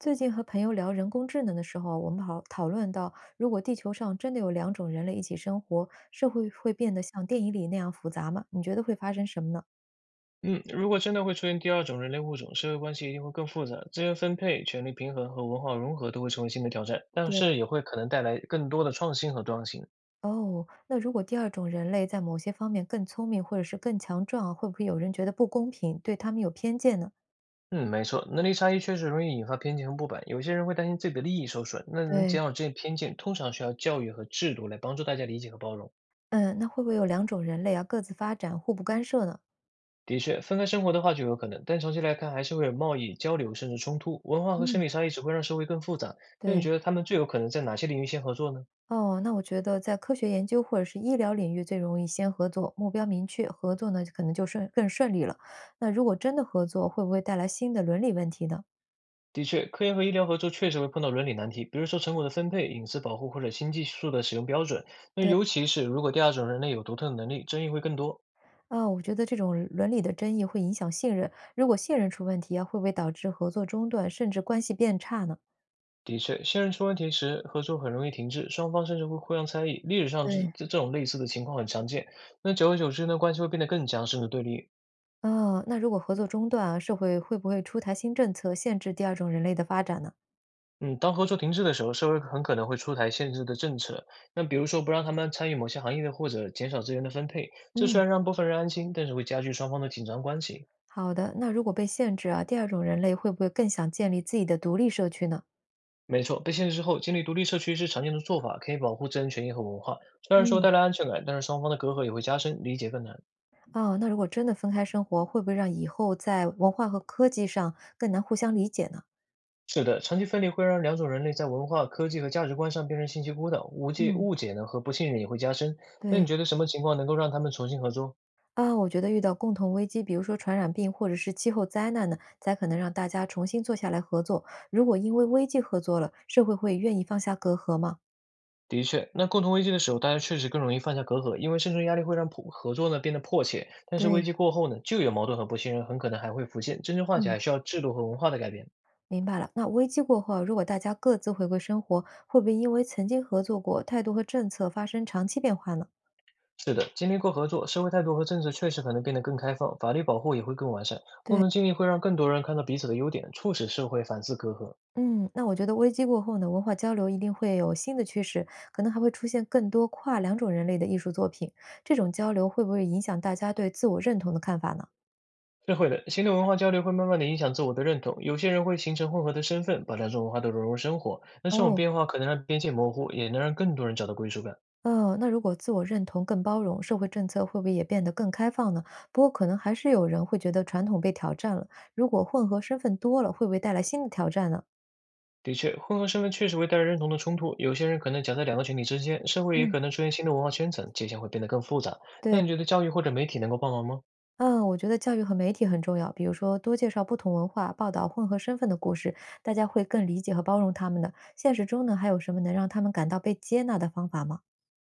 最近和朋友聊人工智能的时候啊，我们讨论到，如果地球上真的有两种人类一起生活，社会会变得像电影里那样复杂吗？你觉得会发生什么呢？嗯，如果真的会出现第二种人类物种，社会关系一定会更复杂，资源分配、权力平衡和文化融合都会成为新的挑战，但对，是也会可能带来更多的创新和多样性。哦，那如果第二种人类在某些方面更聪明或者是更强壮啊，会不会有人觉得不公平，对他们有偏见呢？嗯，没错，能力差异确实容易引发偏见和不满，有些人会担心自己的利益受损。那能对，减少这些偏见，通常需要教育和制度来帮助大家理解和包容。嗯，那会不会有两种人类啊各自发展，互不干涉呢？的确，分开生活的话就有可能，但长期来看还是会有贸易、交流甚至冲突。文化和生嗯，理差异只会让社会更复杂。那你对，觉得他们最有可能在哪些领域先合作呢？哦，那我觉得在科学研究或者是医疗领域最容易先合作，目标明确，合作呢可能就更顺利了。那如果真的合作，会不会带来新的伦理问题呢？的确，科研和医疗合作确实会碰到伦理难题，比如说成果的分配、隐私保护或者新技术的使用标准。那对尤其是如果第二种人类有独特的能力，争议会更多。啊，我觉得这种伦理的争议会影响信任，如果信任出问题啊，会不会导致合作中断，甚至关系变差呢？的确，信任出问题时，合作很容易停滞，双方甚至会互相猜疑。历史上这对，这这种类似的情况很常见。那久而久之呢，关系会变得更僵，甚至对立。啊，那如果合作中断啊，社会会不会出台新政策限制第二种人类的发展呢？嗯，当合作停滞的时候，社会很可能会出台限制的政策，那比如说不让他们参与某些行业的，或者减少资源的分配。这虽嗯，然让部分人安心，但是会加剧双方的紧张关系。好的。那如果被限制啊，第二种人类会不会更想建立自己的独立社区呢？没错，被限制之后，建立独立社区是常见的做法，可以保护自然权益和文化。虽然说嗯。带来安全感，但是双方的隔阂也会加深，理解更难。哦，那如果真的分开生活，会不会让以后在文化和科技上更难互相理解呢？是的，长期分离会让两种人类在文化、科技和价值观上变成信息孤岛，无解、嗯，误解呢和不信任也会加深。那你对觉得什么情况能够让他们重新合作？啊，我觉得遇到共同危机，比如说传染病或者是气候灾难呢，才可能让大家重新坐下来合作。如果因为危机合作了，社会会愿意放下隔阂吗？的确，那共同危机的时候，大家确实更容易放下隔阂，因为生存压力会让破合作呢变得迫切。但是危对，机过后呢，旧有矛盾和不信任很可能还会浮现，真正化解嗯。还需要制度和文化的改变。明白了。那危机过后啊如果大家各自回归生活，会不会因为曾经合作过，态度和政策发生长期变化呢？是的，经历过合作，社会态度和政策确实可能变得更开放，法律保护也会更完善。共对，同经历会让更多人看到彼此的优点，促使社会反思隔阂。嗯，那我觉得危机过后呢，文化交流一定会有新的趋势，可能还会出现更多跨两种人类的艺术作品。这种交流会不会影响大家对自我认同的看法呢？是会的，新的文化交流会慢慢的影响自我的认同，有些人会形成混合的身份，把两种文化都融入生活。那这种哦，变化可能让边界模糊，也能让更多人找到归属感。那如果自我认同更包容，社会政策会不会也变得更开放呢？不过可能还是有人会觉得传统被挑战了。如果混合身份多了，会不会带来新的挑战呢？的确，混合身份确实会带来认同的冲突，有些人可能夹在两个群体之间，社会也嗯，可能出现新的文化圈层，界限会变得更复杂。对。那你觉得教育或者媒体能够帮忙吗？嗯，我觉得教育和媒体很重要，比如说多介绍不同文化，报道混合身份的故事，大家会更理解和包容他们的。现实中呢，还有什么能让他们感到被接纳的方法吗？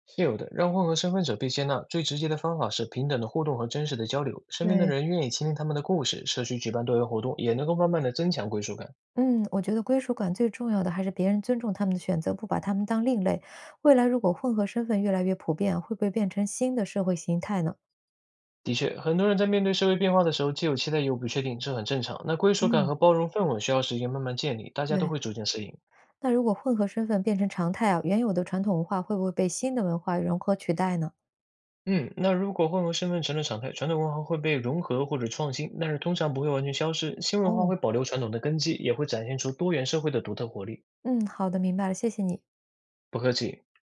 是有的，让混合身份者被接纳，最直接的方法是平等的互动和真实的交流。身边的对，人愿意倾听他们的故事，社区举办多元活动也能够慢慢的增强归属感。嗯，我觉得归属感最重要的还是别人尊重他们的选择，不把他们当另类。未来如果混合身份越来越普遍，会不会变成新的社会形态呢？的确，很多人在面对社会变化的时候，既有期待又不确定，这很正常。那归属感嗯，和包容氛围需要时间慢慢建立，大家都对，会逐渐适应。那如果混合身份变成常态啊，原有的传统文化会不会被新的文化融合取代呢？嗯，那如果混合身份成了常态，传统文化会被融合或者创新，但是通常不会完全消失，新文化哦，会保留传统的根基，也会展现出多元社会的独特活力。嗯，好的，明白了，谢谢你。不客气。